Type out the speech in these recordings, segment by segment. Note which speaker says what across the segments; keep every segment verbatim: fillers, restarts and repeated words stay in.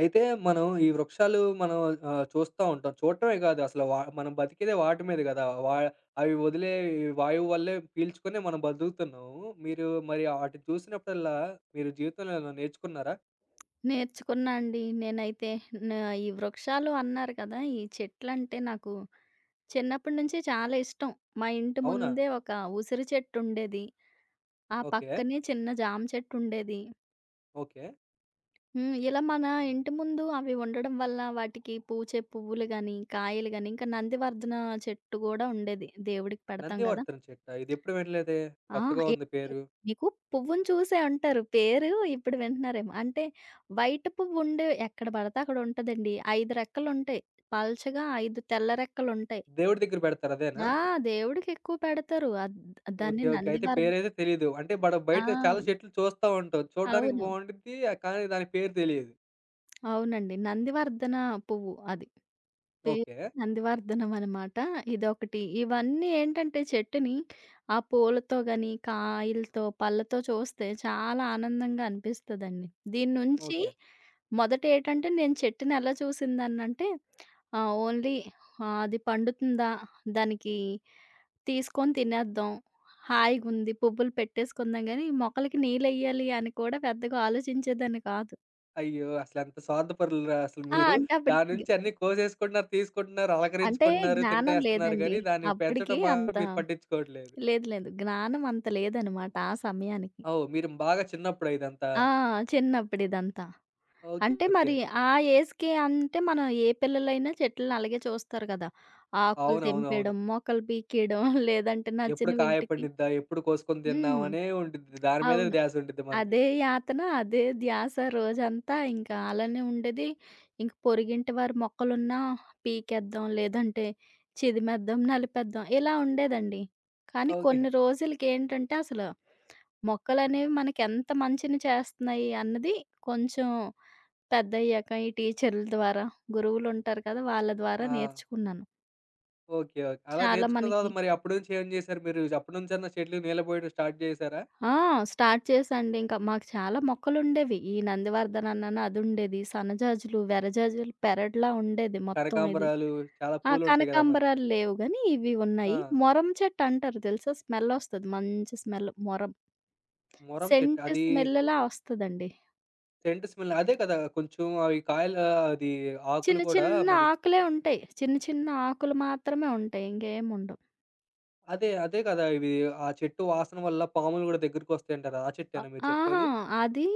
Speaker 1: అయితే, మనం ఈ వృక్షాలు మనం ఆహ్, చూస్తా ఉంటాం. చూడటమే కాదు, అసలు వా మనం బతికేదే వాటి మీద గదా! వా అవి వదిలే ఈ వాయువు వల్లే పీల్చుకునే మనం బతుకుతున్నాము. మీరు మరి ఆటిని చూసినప్పుడల్లా, మీరు జీవితంలో ఏమైనా నేర్చుకున్నారా?
Speaker 2: నేర్చుకున్నా అండి. నేనైతే నా ఈ వృక్షాలు అన్నారు కదా! ఈ చెట్లంటే నాకు చిన్నప్పటి నుంచి చాలా ఇష్టం. మా ఇంటి
Speaker 1: అవునా?
Speaker 2: ముందే ఒక ఉసిరి చెట్టు ఉండేది. ఆ
Speaker 1: ఓకే.
Speaker 2: పక్కనే చిన్న జామ చెట్టు ఉండేది.
Speaker 1: ఓకే.
Speaker 2: హ్మ్. ఇలా మన ఇంటి ముందు అవి ఉండడం వల్ల వాటికి పూచే పువ్వులు గాని, కాయలు గాని ఇంకా నందివర్ధన చెట్టు గూడా ఉండేది. దేవుడికి పెడతాం గదా!
Speaker 1: నందివర్ధనం చెట్టా? ఇదెప్పుడు వినలేదే!
Speaker 2: ఆ!
Speaker 1: కొత్తగా ఉంది
Speaker 2: ఏంటి
Speaker 1: పేరు.
Speaker 2: మీకు పువ్వుని చూసే ఉంటారు. పేరు ఇప్పుడు వింటున్నారేమో. అంటే వైట్ పువ్వుండే ఎక్కడ పడితే అక్కడ ఉంటదండి. ఐదు రెక్కలుంటాయి. పల్చగా ఐదు తెల్ల రెక్కలుంటాయి.
Speaker 1: దేవుడి దగ్గర పెడతారు అదేనా?
Speaker 2: ఆ! దేవుడికెక్కువ పెడతారు. అద్
Speaker 1: ఓకే.
Speaker 2: దాన్ని
Speaker 1: ఓకే. అయితే
Speaker 2: నందివర్ధ
Speaker 1: పేరైతే తెలీదు. అంటే, మనం
Speaker 2: ఆ!
Speaker 1: బయట చాలా చెట్లు చూస్తా ఉంటాం. చూడడానికి
Speaker 2: అవును.
Speaker 1: బావుండిద్ది. కానీ దాని పేరు తెలీదు.
Speaker 2: అవునండి. నందివర్ధన పువ్వు అది. పేరు
Speaker 1: ఓకే.
Speaker 2: నందివర్ధనం అనమాట. ఇదొకటి. ఇవన్నీ ఏంటంటే చెట్టుని ఆ పూలతో గాని, కాయలతో, పళ్ళతో చూస్తే చాలా ఆనందంగా అనిపిస్తదండి. దీన్నుంచి
Speaker 1: ఓకే.
Speaker 2: మొదట ఏటంటే నేను చెట్టుని ఎలా చూసిందాన్నంటే ఆహ్, ఓన్లీ ఆహ్, అది పండుతుందా? దానికి తీసుకొని తినేద్దాం. హాయిగుంది పువ్వులు పెట్టేసుకుందాం గానీ, మొక్కలకి నీళ్ళెయ్యాలి అని కూడా పెద్దగా ఆలోచించేదాన్ని కాదు.
Speaker 1: అయ్యో! అసలెంత స్వార్థపరులురా అసలు
Speaker 2: ఆ!
Speaker 1: మీరు.
Speaker 2: అంటే
Speaker 1: దాని
Speaker 2: అప్పటికి గ్
Speaker 1: నుంచి అన్నీ కోసేసుకుంటున్నారు, తీసుకుంటున్నారు,
Speaker 2: అంటే
Speaker 1: అలకరించుకుంటున్నారు,
Speaker 2: జ్ఞానం
Speaker 1: తింటేస్తున్నారు
Speaker 2: లేదండి.
Speaker 1: గానీ, దాన్ని
Speaker 2: అప్పటికి
Speaker 1: పెంచడం మాత్రం
Speaker 2: అంత
Speaker 1: మీరు పట్టించుకోవట్లేదు.
Speaker 2: లేదు లేదు. జ్ఞానం అంత లేదనమాట ఆ సమయానికి.
Speaker 1: ఓహ్! మీరు బాగా చిన్నప్పుడా ఇదంతా?
Speaker 2: ఆ! చిన్నప్పుడిదంతా.
Speaker 1: ఓకే.
Speaker 2: అంటే
Speaker 1: ఓకే.
Speaker 2: మరి ఆ ఏజ్‌కి అంటే మనం ఏ పిల్లలైనా చెట్లని అలాగే చూస్తారు కదా! ఆకులు
Speaker 1: అవునవునవును.
Speaker 2: తెంపేయడం, మొక్కలు పీకేయడం లేదంటే
Speaker 1: ఎప్పుడు కాయ
Speaker 2: నచ్చినవింటికి
Speaker 1: పండిద్దా? ఎప్పుడు కోసుకొని
Speaker 2: హ్మ్.
Speaker 1: తిందామనే ఉండిద్ది. దాని మీదే
Speaker 2: అవును.
Speaker 1: ధ్యాస ఉండిద్ది మనకి.
Speaker 2: అదే యాతన, అదే ధ్యాస రోజంతా ఇంకా అలానే ఉండేది. ఇంక పొరుగింటి వారి మొక్కలున్నా పీకేద్దాం, లేదంటే చిదిమేద్దాం, నలిపేద్దాం ఇలా ఉండేదండి. కానీ
Speaker 1: ఓకే.
Speaker 2: కొన్ని రోజులకేంటంటే అసలు మొక్కలనేవి మనకెంత మంచిని చేస్తున్నాయి అన్నది కొంచెం పెద్దయ్యాక ఈ టీచర్ల ద్వారా, గురువులుంటారు కదా! వాళ్ళ ద్వారా
Speaker 1: ఆ!
Speaker 2: నేర్చుకున్నాను.
Speaker 1: ఓకే. ఓకే. అలా
Speaker 2: చాలా
Speaker 1: నేర్చుకున్న
Speaker 2: మనకి
Speaker 1: తర్వాత మరి అప్పటి నుంచి ఏం చేశారు మీరు? అప్పటి నుంచన్నా చెట్లు నీళ్ళబోయడం స్టార్ట్ చేశారా?
Speaker 2: ఆ! స్టార్ట్ చేశాండి. ఇంకా మాకు చాలా మొక్కలుండేవి. ఈ నందివర్ధన అన్నాను అదుండేది. సన్నజాజులు, వెరజాజులు పెరడ్లా ఉండేది మొత్తం ఇది.
Speaker 1: కనకాంబరాలు, చాలా
Speaker 2: ఆ!
Speaker 1: పూలుంటాయి గదా మనకి!
Speaker 2: కనకాంబరాలు లేవు గానీ ఇవి
Speaker 1: ఆ!
Speaker 2: ఉన్నాయి. మొరం చెట్టు అంటారు తెలుసా? స్మెల్లొస్తది. మంచి స్మెల్ మొరం.
Speaker 1: మొరం చెట్టా?
Speaker 2: సెంట్
Speaker 1: అది
Speaker 2: స్మెల్‌లా వస్తదండి.
Speaker 1: సెంట్ స్మెల్ అదే కదా! కొంచెం అవి కాయల, అది ఆకులు
Speaker 2: చిన్న
Speaker 1: కూడా
Speaker 2: చిన్న
Speaker 1: మనకి
Speaker 2: ఆకులే ఉంటాయి. చిన్న చిన్న ఆకులు మాత్రమే ఉంటాయి. ఇంకేముండవు.
Speaker 1: అదే, అదే కదా! ఇవి, ఆ చెట్టు వాసన వల్ల పాములు గూడా దగ్గరికొస్తాయంటారు. ఆ
Speaker 2: అ
Speaker 1: చెట్టేనా మీరు
Speaker 2: ఆహా!
Speaker 1: చెప్పేది?
Speaker 2: అది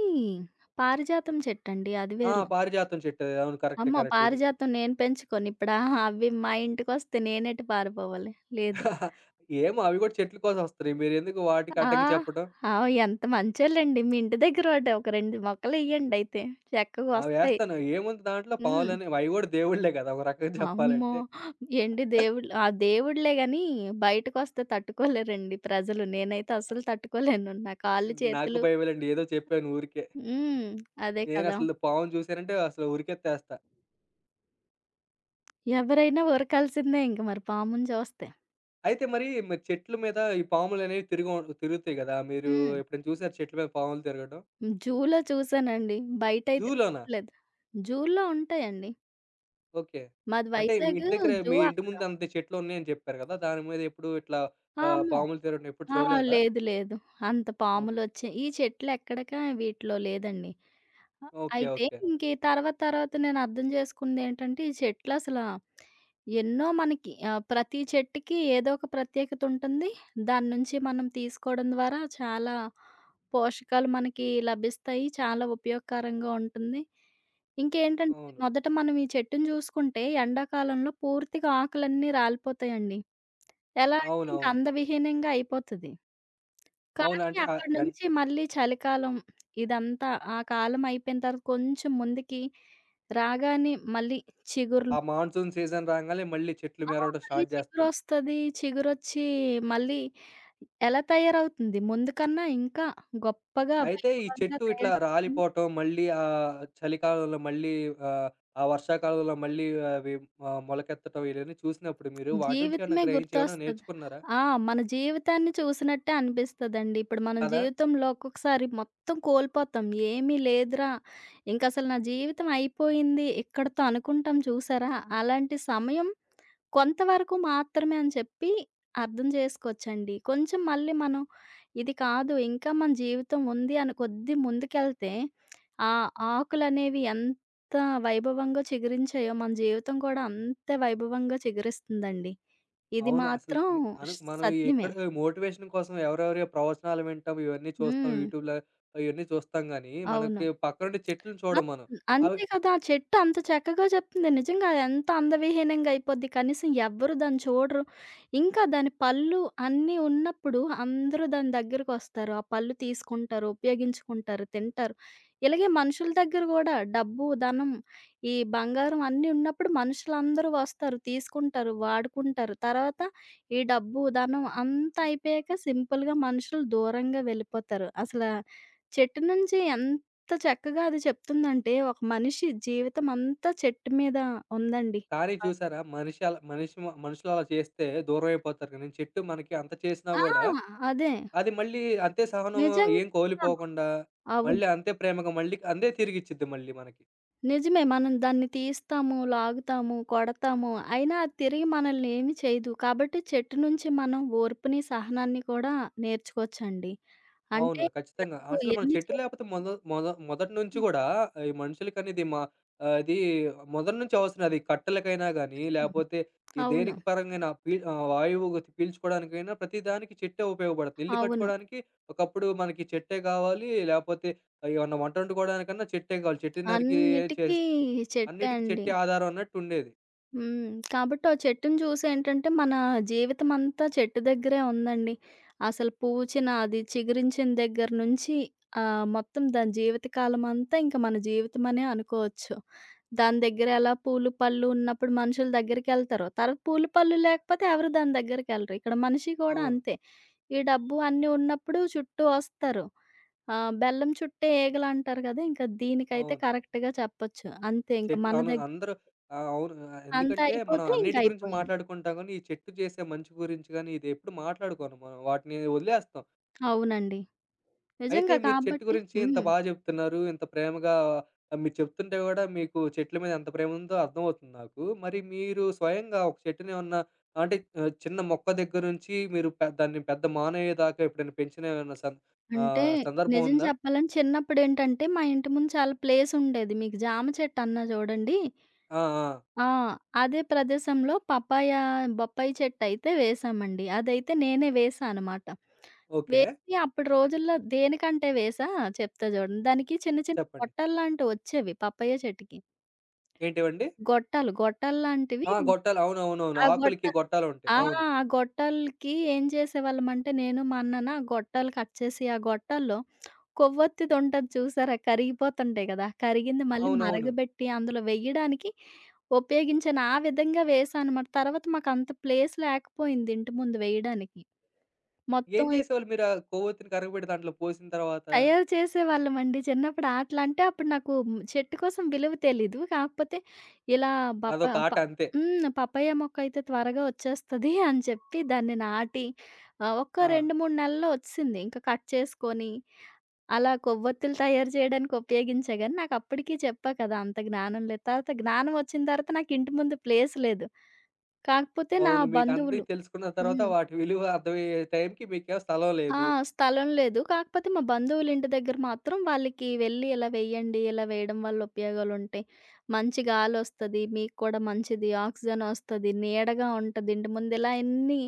Speaker 2: పారిజాతం చెట్టండి. అది
Speaker 1: ఆ!
Speaker 2: వేరు.
Speaker 1: పారిజాతం చెట్టు. అది. అవును. కరెక్టే.
Speaker 2: అమ్మో!
Speaker 1: కరెక్ట్ ఇది.
Speaker 2: పారిజాతం నేను పెంచుకోనిప్పుడా? అవి మా ఇంటికొస్తే నేనెటు పారిపోవాలి? లేదు.
Speaker 1: ఏమో అవి గూడా చెట్ల కోసం వస్తున్నాయి. మీరెందుకు వాటికి
Speaker 2: ఆ!
Speaker 1: అడ్డంకి చెప్పడం?
Speaker 2: ఆ! ఎంత మంచోళ్ళండి. మీ ఇంటి దగ్గర ఒకటి ఒక రెండు మొక్కలియ్యండయితే.
Speaker 1: ఆ!
Speaker 2: చక్కగొస్తాయి.
Speaker 1: వేస్తాను. ఏముంది దాంట్లో,
Speaker 2: హ్మ్.
Speaker 1: పాములనేవి అవి గూడా దేవుళ్ళే కదా ఒక రకంగా
Speaker 2: అమ్మో!
Speaker 1: చెప్పాలంటే.
Speaker 2: ఏండి దేవుళ్ళు ఆ! దేవుళ్ళే గానీ, బయటకొస్తే తట్టుకోలేరండి ప్రజలు. నేనైతే అస్సలు తట్టుకోలేను. నా కాళ్ళు,
Speaker 1: నాకు
Speaker 2: చేతులు
Speaker 1: భయమేలండి. ఏదో చెప్పాను ఊరికే.
Speaker 2: హ్మ్. అదే కదా!
Speaker 1: నేనసలు పాముని చూసానంటే అసలు ఉరికెత్తేస్తా.
Speaker 2: ఎవరైనా ఉరకాల్సిందే ఇంక మరి పాముని చూస్తే.
Speaker 1: అయితే మరి, మరి చెట్ల మీద ఈ పాములనేవి తిరుగు తిరుగుతాయి గదా! మీరు
Speaker 2: హ్మ్.
Speaker 1: ఎప్పుడైనా చూసారా చెట్ల మీద పాములు తిరగడం?
Speaker 2: హ్మ్. జూలో చూసానండి. బయటైతే
Speaker 1: జూలోనా?
Speaker 2: చూడలేదు. జూలో ఉంటాయండి.
Speaker 1: ఓకే.
Speaker 2: మాది
Speaker 1: అంటే, మీ
Speaker 2: వైజాగ్
Speaker 1: ఇంటి దగ్గర
Speaker 2: జూ
Speaker 1: మీ ఇంటి
Speaker 2: అక్కడ.
Speaker 1: ముందు అంత చెట్లు ఉన్నాయని చెప్పారు గదా! దాని మీద ఎప్పుడు ఇట్లా
Speaker 2: ఆ!
Speaker 1: ఆహ్,
Speaker 2: అమ్మో!
Speaker 1: పాములు తిరగడం ఎప్పుడు
Speaker 2: ఆ!
Speaker 1: చూడలేదా?
Speaker 2: లేదు. లేదు. అంత
Speaker 1: ఓహ్!
Speaker 2: పాములొచ్చాయి. ఈ చెట్లెక్కడక వీటిలో లేదండి. ఆహ్,
Speaker 1: ఓకే.
Speaker 2: అయితే
Speaker 1: ఓకే.
Speaker 2: ఇంక ఈ తర్వాత తర్వాత నేను అర్థం చేసుకుందేంటంటే ఈ చెట్లసల ఎన్నో మనకి ఆహ్, ప్రతి చెట్టుకి ఏదో ఒక ప్రత్యేకత ఉంటుంది. దాని నుంచి మనం తీసుకోవడం ద్వారా చాలా పోషకాలు మనకి లభిస్తాయి. చాలా ఉపయోగకరంగా ఉంటుంది. ఇంకేంటంటే
Speaker 1: అవును.
Speaker 2: మొదట మనం ఈ చెట్టుని చూసుకుంటే ఎండాకాలంలో పూర్తిగా ఆకులన్నీ రాలిపోతాయండి. ఎలా అంటే
Speaker 1: అవునవును.
Speaker 2: ఇంక
Speaker 1: అవును.
Speaker 2: అందవిహీనంగా అయిపోతది.
Speaker 1: అవును.
Speaker 2: కానీ
Speaker 1: అంటే, ఆహ్,
Speaker 2: అక్కడి
Speaker 1: ఎన్
Speaker 2: నుంచి మళ్ళీ చలికాలం ఇదంతా ఆ కాలం అయిపోయిన తర్వాత కొంచెం ముందుకి రాగానే మళ్ళీ
Speaker 1: ఆ
Speaker 2: చిగుర్లు
Speaker 1: మాన్సూన్ సీజన్ రాంగానే మళ్ళీ చెట్లు
Speaker 2: ఆ!
Speaker 1: మెరవడం
Speaker 2: మళ్ళీ
Speaker 1: స్టార్ట్ జేస్తాయి.
Speaker 2: చిగురొస్తది. చిగురొచ్చి మళ్ళీ ఎలా తయారవుతుంది ముందు కన్నా ఇంకా గొప్పగా
Speaker 1: అయితే ఈ
Speaker 2: వైభవంగా
Speaker 1: చెట్టు ఇట్లా
Speaker 2: తయారవుతుంది.
Speaker 1: రాలిపోవటం, మళ్ళీ ఆహ్, చలికాలంలో మళ్ళీ ఆహ్, ఆ వర్షాకాలంలో మళ్ళీ అవి ఆహ్, మొలకెత్తటం, ఇయన్నీ చూసినప్పుడు మీరు వాటి నుంచి ఏమన్నా
Speaker 2: జీవితమే
Speaker 1: గ్రహించి ఏమన్నా
Speaker 2: గుర్తొస్తది.
Speaker 1: నేర్చుకున్నారా?
Speaker 2: ఆ! మన జీవితాన్ని చూసినట్టే అనిపిస్తదండి. ఇప్పుడు మనం
Speaker 1: కదా!
Speaker 2: జీవితంలో ఒక్కొక్కసారి మొత్తం కోల్పోతాం. ఏమీ లేదురా! ఇంకసలు నా జీవితం అయిపోయింది. ఇక్కడితో అనుకుంటాం చూసారా? అలాంటి సమయం కొంతవరకు మాత్రమే అని చెప్పి అర్థం చేసుకోవచ్చండి. కొంచెం మళ్ళీ మనం ఇది కాదు ఇంకా మన జీవితం ఉంది అని కొద్ది ముందుకెళ్తే ఆ ఆకులనేవి ఎంత వైభవంగా చిగురించాయో మన జీవితం కూడా అంతే వైభవంగా చిగురిస్తుందండి. ఇది
Speaker 1: అవును. అసలు
Speaker 2: మాత్రం
Speaker 1: ని అను మనం ఈ
Speaker 2: సత్యమే.
Speaker 1: ఎక్కడ మోటివేషన్ కోసం ఎవరెవరి ప్రవచనాలు వింటాం, ఇవన్నీ చూస్తాం
Speaker 2: హ్మ్.
Speaker 1: యూట్యూబ్‌లో. ఇయన్నీ చూస్తాం గానీ,
Speaker 2: అవును.
Speaker 1: మనకి పక్కనుండి చెట్లుని
Speaker 2: ఆ!
Speaker 1: చూడం మనం. అవి,
Speaker 2: అంతే కదా! ఆ చెట్టు అంత చక్కగా చెప్తుంది. నిజంగా అదెంత అందవిహీనంగా అయిపోద్ది. కనీసం ఎవ్వరు దాన్ని చూడరు. ఇంకా దాని పళ్ళు అన్నీ ఉన్నప్పుడు అందరూ దాని దగ్గరకొస్తారు. ఆ పళ్ళు తీసుకుంటారు, ఉపయోగించుకుంటారు, తింటారు. ఇలాగే మనుషుల దగ్గర గూడా డబ్బు, ధనం, ఈ బంగారం అన్నీ ఉన్నప్పుడు మనుషులందరూ వస్తారు, తీసుకుంటారు, వాడుకుంటారు. తర్వాత ఈ డబ్బు, ధనం అంతా అయిపోయాక సింపుల్‌గా మనుషులు దూరంగా వెళ్ళిపోతారు. అసల చెట్టు నుంచి ఎంత చక్కగా అది చెప్తుందంటే, ఒక మనిషి జీవితం అంతా చెట్టు మీద ఉందండి.
Speaker 1: కానీ
Speaker 2: ఆ!
Speaker 1: చూసారా, మనిషి అలా మనిషి మనుషులలా చేస్తే దూరమైపోతారు, కానీ చెట్టు మనకి అంత చేసినా గూడా
Speaker 2: అదే.
Speaker 1: అది మళ్ళీ అంతే సహనం,
Speaker 2: నిజంగా.
Speaker 1: ఏం కోల్పోకుండా,
Speaker 2: అవును.
Speaker 1: మళ్ళీ అంతే ప్రేమగా మళ్ళీ అందే తిరిగిచ్చిద్ది మళ్ళీ మనకి.
Speaker 2: నిజమే. మనం దాన్ని తీస్తాము, లాగుతాము, కొడతాము. అయినా అది తిరిగి మనల్ని ఏమి చేయదు. కాబట్టి చెట్టు నుంచి మనం ఓర్పుని, సహనాన్ని కూడా నేర్చుకోవచ్చండి. అంటే
Speaker 1: అవును. ఖచ్చితంగా.
Speaker 2: చెట్లు
Speaker 1: అసలు మనం
Speaker 2: ఎన్ని
Speaker 1: చెట్టు
Speaker 2: చేసిన
Speaker 1: లేకపోతే, మొద మొద మొదటి నుంచి గూడా ఈ మనుషులకనేది మా ఆహ్, అది మొదటి నుంచి అవసరం. అది కట్టెలకైనా గానీ,
Speaker 2: హ్మ్.
Speaker 1: లేపోతే ఈ
Speaker 2: అవును.
Speaker 1: దేనికి పరంగైనా పీ ఆహ్, వాయువు గ- పీల్చుకోవడానికైనా ప్రతి దానికి చెట్టే ఉపయోగపడుతుంది. ఇల్లు
Speaker 2: అవును.
Speaker 1: కట్టుకోవడానికి ఒకప్పుడు మనకి చెట్టే గావాలి, లేపోతే ఏమన్నా వంట వండుకోవడానికన్నా చెట్టే గావాలి. చెట్టుని నరికి
Speaker 2: అన్నిటికీ
Speaker 1: చేస్
Speaker 2: చెట్టే
Speaker 1: అన్నిటికి
Speaker 2: అండి.
Speaker 1: చెట్టే ఆధారం అన్నట్టుండేది.
Speaker 2: హ్మ్. కాబట్టి ఆ చెట్టుని చూసేంటంటే, మన జీవితమంతా చెట్టు దగ్గరే ఉందండి. అసలు పూచిన, అది చిగురించిన దగ్గర నుంచి ఆహ్, మొత్తం దాని జీవితకాలమంతా ఇంక మన జీవితమనే అనుకోవచ్చు. దాని దగ్గర ఎలా పూలు, పళ్ళు ఉన్నప్పుడు మనుషుల దగ్గరికెళ్తారో, తర్వాత పూలు, పళ్ళు లేకపోతే ఎవరు దాని దగ్గరికెళ్ళరు. ఇక్కడ మనిషి కూడా
Speaker 1: అవును.
Speaker 2: అంతే. ఈ డబ్బు అన్నీ ఉన్నప్పుడు చుట్టూ వస్తారు. ఆహ్, బెల్లం చుట్టే ఈగలంటారు గదా! ఇంక దీనికైతే
Speaker 1: అవును.
Speaker 2: కరెక్ట్‌గా చెప్పొచ్చు. అంతే ఇంక
Speaker 1: చెట్టు,
Speaker 2: మన
Speaker 1: అవును.
Speaker 2: దగ్
Speaker 1: అందరూ, ఆ! అవును. ఆహ్,
Speaker 2: అంతా
Speaker 1: ఎందుకంటే మనం
Speaker 2: అయిపోతే
Speaker 1: అన్నిటి గురించి
Speaker 2: ఇంకయిపోయింది.
Speaker 1: మాట్లాడుకుంటాం గానీ, ఈ చెట్టు చేసే మంచి గురించి గానీ, ఇది ఎప్పుడు మాట్లాడుకోను మనం. వాటిని వదిలేస్తాం.
Speaker 2: అవునండి.
Speaker 1: అయితే
Speaker 2: నిజంగా
Speaker 1: మీరు చెట్టు
Speaker 2: కాబట్టి
Speaker 1: గురించి ఇంత
Speaker 2: హ్మ్.
Speaker 1: బా జెప్తున్నారు. ఇంత ప్రేమగా, ఆహ్, మీరు చెప్తుంటే గూడా మీకు చెట్ల మీద ఎంత ప్రేమ ఉందో అర్థమవుతుంది నాకు. మరి మీరు స్వయంగా ఒక చెట్టునేమన్నా, అంటే, ఆహ్, చిన్న మొక్క దగ్గర నుంచి మీరు పె దాన్ని పెద్ద మానయ్యేదాకా ఎప్పుడైనా పెంచిన ఏమన్నా సం
Speaker 2: అంటే
Speaker 1: ఆహ్, సందర్భం
Speaker 2: నిజం
Speaker 1: ఉందా?
Speaker 2: చెప్పాలంటే చిన్నప్పుడేంటంటే మా ఇంటి ముందు చాలా ప్లేసుండేది. మీకు జామ చెట్టన్నా చూడండి.
Speaker 1: ఆ! ఆ!
Speaker 2: ఆ! అదే ప్రదేశంలో పపాయ, బొప్పాయి చెట్టయితే వేసామండి. అదైతే నేనే వేశా అనమాట.
Speaker 1: ఓకే.
Speaker 2: వేసి అప్పుడు రోజుల్లో దేనికంటే వేశా చెప్తా చూడండి. దానికి చిన్న చిన్న
Speaker 1: చెప్పండి.
Speaker 2: గొట్టాల్లాంటివొచ్చేవి పపాయ చెట్టుకి.
Speaker 1: ఏంటివండి?
Speaker 2: గొట్టాలు గొట్టాల్లాంటివి
Speaker 1: ఆ! గొట్టాలు. అవునవునవును.
Speaker 2: ఆ
Speaker 1: ఆకులకి
Speaker 2: గొట్టాలు
Speaker 1: గొట్టాలుంటాయి.
Speaker 2: ఆ!
Speaker 1: అవును.
Speaker 2: ఆ గొట్టాలకి ఏం చేసేవాళ్ళమంటే నేను, మా అన్నన ఆ గొట్టాలు కట్ చేసి, ఆ గొట్టాల్లో కొవ్వొత్తిదుంటది చూసారా? కరిగిపోతుంటాయి కదా! కరిగింది మళ్ళీ
Speaker 1: అవునవును.
Speaker 2: మరగబెట్టి అందులో వెయ్యడానికి ఉపయోగించాను. ఆ విధంగా వేశానమాట. తర్వాత మాకంత ప్లేస్ లేకపోయింది ఇంటి ముందు వెయ్యడానికి.
Speaker 1: ఏం
Speaker 2: మొత్తం
Speaker 1: చేసేవాళ్ళు మీరు ఆ కొవ్వొత్తిని కరగబెట్టి దాంట్లో పోసిన తర్వాత?
Speaker 2: తయారు చేసేవాళ్ళమండి. చిన్నప్పుడు ఆటలంటే అప్పుడు నాకు మ్, చెట్టు కోసం విలువ తెలీదు. కాకపోతే ఇలా బప
Speaker 1: అదొక
Speaker 2: ప
Speaker 1: ఆట అంతే.
Speaker 2: హ్మ్. పపాయ మొక్కయితే త్వరగా వచ్చేస్తది అని చెప్పి దాన్ని నాటి ఆహ్, ఒక్క
Speaker 1: ఆ!
Speaker 2: రెండు, మూడు నెలల్లో వచ్చిసింది. ఇంకా కట్ చేసుకొని అలా కొవ్వొత్తులు తయారు చేయడానికి ఉపయోగించా గానీ నాకప్పటికి చెప్పా కదా! అంత జ్ఞానం లేదు. తర్వాత జ్ఞానం వచ్చిన తర్వాత నాకు ఇంటి ముందు ప్లేస్ లేదు. కాకపోతే నా
Speaker 1: అవును. మీకంతా
Speaker 2: బంధువులు
Speaker 1: తెలుసుకున్న తర్వాత
Speaker 2: హ్మ్.
Speaker 1: వాటి విలువ అర్థమయ్యే టైంకి మీకేమో స్థలం
Speaker 2: ఆ!
Speaker 1: లేదు.
Speaker 2: స్థలం లేదు. కాకపోతే మా బంధువులింటి దగ్గర మాత్రం వాళ్ళకి వెళ్ళి ఇలా వేయండి, ఇలా వేయడం వల్ల ఉపయోగాలుంటాయి. మంచి గాలొస్తది, మీకు కూడా మంచిది, ఆక్సిజనొస్తది, నీడగా ఉంటది ఇంటి ముందు. ఇలా అన్నీ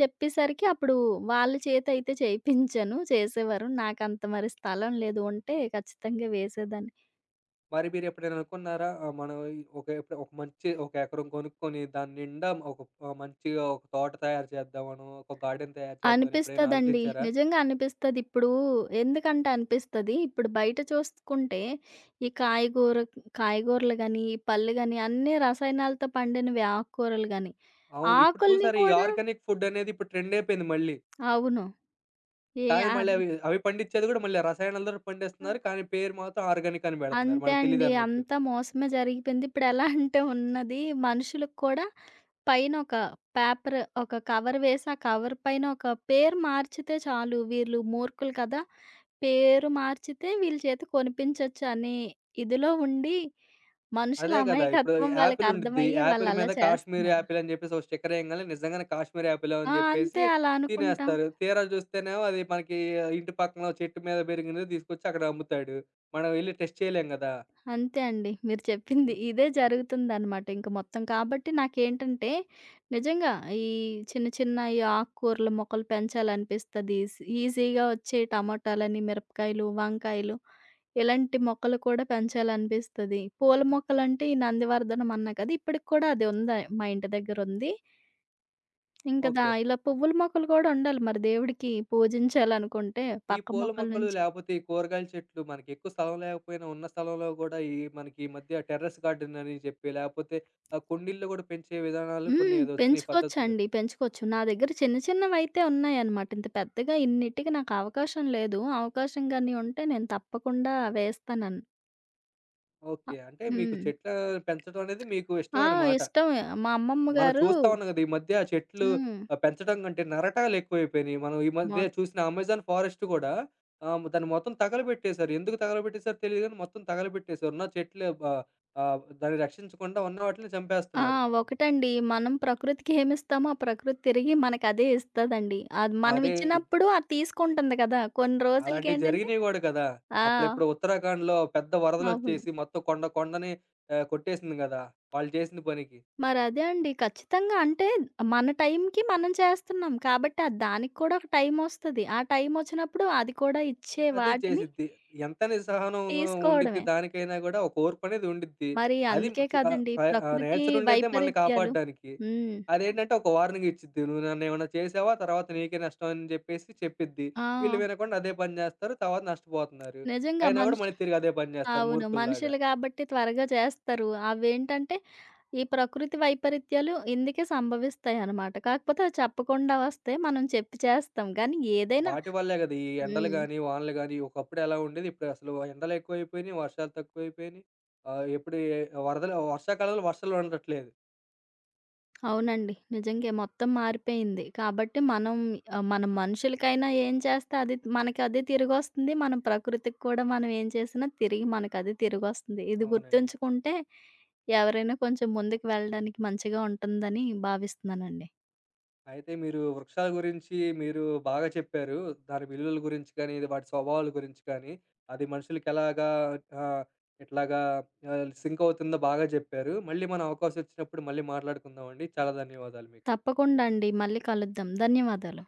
Speaker 2: చెప్పేసరికి అప్పుడు వాళ్ళ చేతయితే చేయిపించాను. చేసేవారు. నాకంత మరి స్థలం లేదు. ఉంటే ఖచ్చితంగా వేసేదాన్ని.
Speaker 1: మరి మీరెప్పుడైనా అనుకున్నారా? ఆహ్, మనం ఈ ఒక ఎప్ ఒక మంచి ఒక ఎకరం కొనుక్కొని దాని నిండా ఒక, ఆహ్, మంచిగా ఒక తోట తయారు చేద్దాం మనం, ఒక గార్డెన్ తయారు చేద్దాం అని ఎప్పుడైనా
Speaker 2: అనిపిస్తదండి.
Speaker 1: ఆలోచించారా?
Speaker 2: నిజంగా అనిపిస్తది. ఇప్పుడు ఎందుకంటే అనిపిస్తది, ఇప్పుడు బయట చూసుకుంటే ఈ కాయగూర కాయగూరలు గాని, ఈ పళ్ళు గాని అన్నీ రసాయనాలతో పండినవి ఆకుకూరలు గాని.
Speaker 1: అవును. ఇప్పుడు
Speaker 2: ఆకుల్ని
Speaker 1: చూసారా ఈ
Speaker 2: కూడా
Speaker 1: ఆర్గానిక్ ఫుడ్ అనేది ఇప్పుడు ట్రెండ్ అయిపోయింది మళ్ళీ.
Speaker 2: అవును. ఏ
Speaker 1: కానీ మళ్ళీ
Speaker 2: అది
Speaker 1: అవి, అవి పండించేది కూడా మళ్ళీ రసాయనాలతోటి పండిస్తున్నారు. కానీ పేరు మాత్రం ఆర్గానిక్ అని పెడుతున్నారు,
Speaker 2: అంతే
Speaker 1: మనకు
Speaker 2: అండి.
Speaker 1: తెలీదన్నట్టు.
Speaker 2: అంతా మోసమే జరిగిపోయింది. ఇప్పుడెలా అంటే ఉన్నది మనుషులకు కూడా పైన ఒక పేపర్ ఒక కవర్ వేసి, ఆ కవర్ పైన ఒక పేరు మార్చితే చాలు. వీళ్ళు మూర్ఖులు కదా! పేరు మార్చితే వీళ్ళ చేత కొనిపించొచ్చు అనే ఇదిలో ఉండి, మనుషుల
Speaker 1: అదే గదా! ఇప్పుడు
Speaker 2: అమాయకత్వం
Speaker 1: యాపిల్ ఉండిద్ది.
Speaker 2: వాళ్ళకర్థమయ్యి
Speaker 1: యాపిల్
Speaker 2: వాళ్ళలా
Speaker 1: మీద కాశ్మీర్
Speaker 2: చేస్తున్నారు.
Speaker 1: యాపిల్ అని జెప్పేసి ఒక స్టిక్కర్ ఎయంగానే, నిజంగానే కాశ్మీర్ యాపిలో అని
Speaker 2: ఆ!
Speaker 1: జెప్పేసి
Speaker 2: అంతే అలా అనుకుంటాం.
Speaker 1: తినేస్తారు. తీరా జూస్తేనేమో అది మనకి ఇంటి పక్కన చెట్టు మీద బెరిగిందే తీసుకొచ్చి అక్కడ అమ్ముతాడు. మనం ఎళ్లి టెస్ట్ చేయలేం గదా!
Speaker 2: అంతే అండి. మీరు చెప్పింది.
Speaker 1: హ్మ్.
Speaker 2: ఇదే జరుగుతుందనమాట ఇంక మొత్తం. కాబట్టి నాకేంటంటే, నిజంగా ఈ చిన్న చిన్న ఈ ఆకుకూరల మొక్కలు పెంచాలనిపిస్తది. స్ ఈజీగా వచ్చే టమాటాలని, మిరపకాయలు, వంకాయలు ఇలాంటి మొక్కలు కూడా పెంచాలనిపిస్తది. పూల మొక్కలంటే ఈ నందివర్ధనం అన్నా కదా! ఇప్పటికి కూడా అది ఉంది మా ఇంటి దగ్గరుంది. ఇంకా దా
Speaker 1: ఓకే.
Speaker 2: ఇలా పువ్వుల మొక్కలు కూడా ఉండాలి. మరి దేవుడికి పూజించాలనుకుంటే
Speaker 1: ఈ
Speaker 2: పక్క
Speaker 1: పూల
Speaker 2: మొక్కల
Speaker 1: మొక్కలు
Speaker 2: నుంచి
Speaker 1: లేపోతే ఈ కూరగాయల చెట్లు మనకి ఎక్కువ స్థలం లేకపోయినా, ఉన్న స్థలంలో గూడా ఈ మనకి ఈ మధ్య టెర్రస్ గార్డెన్ అని జెప్పి, లేపోతే ఆహ్, కుండీల్లో గూడా పెంచే విధానాలు కొన్ని
Speaker 2: హ్మ్.
Speaker 1: ఏదో ఒచ్చినాయి పద్ధతులు.
Speaker 2: పెంచుకోవచ్చండి. పెంచుకోవచ్చు. నా దగ్గర చిన్న చిన్నవైతే ఉన్నాయన్నమాట. ఇంత పెద్దగా ఇన్నిటికి నాకు అవకాశం లేదు. అవకాశం గాని ఉంటే నేను తప్పకుండా వేస్తానన్ అ
Speaker 1: ఓకే. అంటే మీకు
Speaker 2: హ్మ్.
Speaker 1: చెట్ల పెంచడం అనేది మీకు
Speaker 2: ఆ!
Speaker 1: ఇష్టమైన మాట.
Speaker 2: ఇష్టమే. మా అమ్మమ్మ
Speaker 1: మనం
Speaker 2: గారు
Speaker 1: చూస్తా ఉన్నాం గదా! ఈ మధ్య చెట్లు
Speaker 2: హ్మ్.
Speaker 1: ఆహ్, పెంచడం కంటే నరటాలు ఎక్కువైపోయినియి. మనం ఈ మధ్య
Speaker 2: మొత్
Speaker 1: చూసిన అమెజాన్ ఫారెస్ట్ గూడా ఆహ్, దాన్ని మొత్తం తగలబెట్టేశారు. ఎందుకు తగలబెట్టేశారో తెలీదు గానీ మొత్తం తగలబెట్టేశారు. ఉన్న చెట్లు బ ఆహ్, దాన్ని రక్షించకుండా ఉన్న వాటిలిని
Speaker 2: ఆ!
Speaker 1: చంపేస్తున్నారు.
Speaker 2: ఒకటండి. మనం ప్రకృతికి ఏమిస్తామో ఆ ప్రకృతి తిరిగి మనకదే ఇస్తదండి. అది
Speaker 1: అదే,
Speaker 2: మనమిచ్చినప్పుడు అది తీసుకుంటుంది కదా! కొన్ని
Speaker 1: అలాంటివి
Speaker 2: రోజులకేంటంటే
Speaker 1: జరిగినియి గూడా కదా!
Speaker 2: ఆ!
Speaker 1: అప్పుడెప్పుడో ఉత్తరాఖండ్‌లో పెద్ద
Speaker 2: అవును.
Speaker 1: వరదలొచ్చేసి మొత్తం కొండ కొండని ఆహ్, కొట్టేసింది గదా వాళ్ళు చేసిన పనికి.
Speaker 2: మరదే అండి. ఖచ్చితంగా. అంటే మన టైంకి మనం చేస్తున్నాం. కాబట్టి అది దానికి కూడా ఒక టైమొస్తది. ఆ టైమొచ్చినప్పుడు అది కూడా ఇచ్చే
Speaker 1: అది
Speaker 2: వాటిని
Speaker 1: చేసిద్ది. ఎంత నిస్సహనం ఉండిద్ది,
Speaker 2: తీసుకోవడమే.
Speaker 1: దానికైనా గూడా ఒక ఓర్పనేది ఉండిద్ది.
Speaker 2: మరి
Speaker 1: అది
Speaker 2: అందుకే
Speaker 1: చు ఆహ్,
Speaker 2: కదండీ
Speaker 1: ప ఆహ్,
Speaker 2: ప్రకృతి
Speaker 1: నేచర్ ఉండేదే మనల్ని
Speaker 2: వైపరీత్యాలు
Speaker 1: కాపాడడానికి.
Speaker 2: హ్మ్.
Speaker 1: అదేంటంటే ఒక వార్నింగ్ ఇచ్చిద్ది. "నువ్వు నన్నేమన్నా చేసావా తర్వాత నీకే నష్టం" అని జెప్పేసి చెప్పిద్ది. వీళ్ళు
Speaker 2: ఆ!
Speaker 1: వినకుండా అదే పని జేస్తారు. తర్వాత నష్టపోతున్నారు.
Speaker 2: నిజంగా
Speaker 1: అయినా గూడా
Speaker 2: మనుషు
Speaker 1: మళ్ళీ తిరిగి అదే పని జేస్తారు
Speaker 2: అవును.
Speaker 1: మూర్ఖుల్లాగా.
Speaker 2: మనుషులు కాబట్టి త్వరగా చేస్తారు. అవేంటంటే ఈ ప్రకృతి వైపరీత్యాలు ఇందుకే సంభవిస్తాయనమాట. కాకపోతే అవి చెప్పకుండా వస్తే మనం చెప్పి చేస్తాం. కానీ ఏదైనా
Speaker 1: వాటి వల్లే గదా! ఈ ఎండలు
Speaker 2: హ్మ్.
Speaker 1: గాని, వానలు గాని, ఒకప్పుడు ఎలా ఉండేది, ఇప్పుడు అసలు ఎండలు ఎక్కువైపోయినియి, వర్షాలు తక్కువైపోయినియి. ఆహ్, ఎప్పుడు ఏ వరదలు, వర్షాకాలంలో వర్షాలు ఉండట్లేదు.
Speaker 2: అవునండి. నిజంగే మొత్తం మారిపోయింది. కాబట్టి మనం ఆహ్, మనం మనుషులకైనా ఏం చేస్తే అది మనకి అదే తిరిగొస్తుంది. మనం ప్రకృతికి కూడా మనం ఏం చేసినా తిరిగి మనకదే తిరిగొస్తుంది. ఇది
Speaker 1: అవునండి.
Speaker 2: గుర్తుంచుకుంటే ఎవరైనా కొంచెం ముందుకు వెళ్ళడానికి మంచిగా ఉంటుందని భావిస్తున్నానండి.
Speaker 1: అయితే మీరు వృక్షాల గురించి మీరు బాగా చెప్పారు. దాని విలువల గురించి కానీ, ఇది వాటి స్వభావాల గురించి కానీ, అది మనుషులకెలాగా, ఆహ్, ఎట్లాగా, ఆహ్, సింక్ అవుతుందో బాగా జెప్పారు. మళ్ళీ మనం అవకాశం వచ్చినప్పుడు మళ్ళీ మాట్లాడుకుందామండి. చాలా ధన్యవాదాలు మీకు.
Speaker 2: తప్పకుండా అండి. మళ్ళీ కలుద్దాం. ధన్యవాదాలు.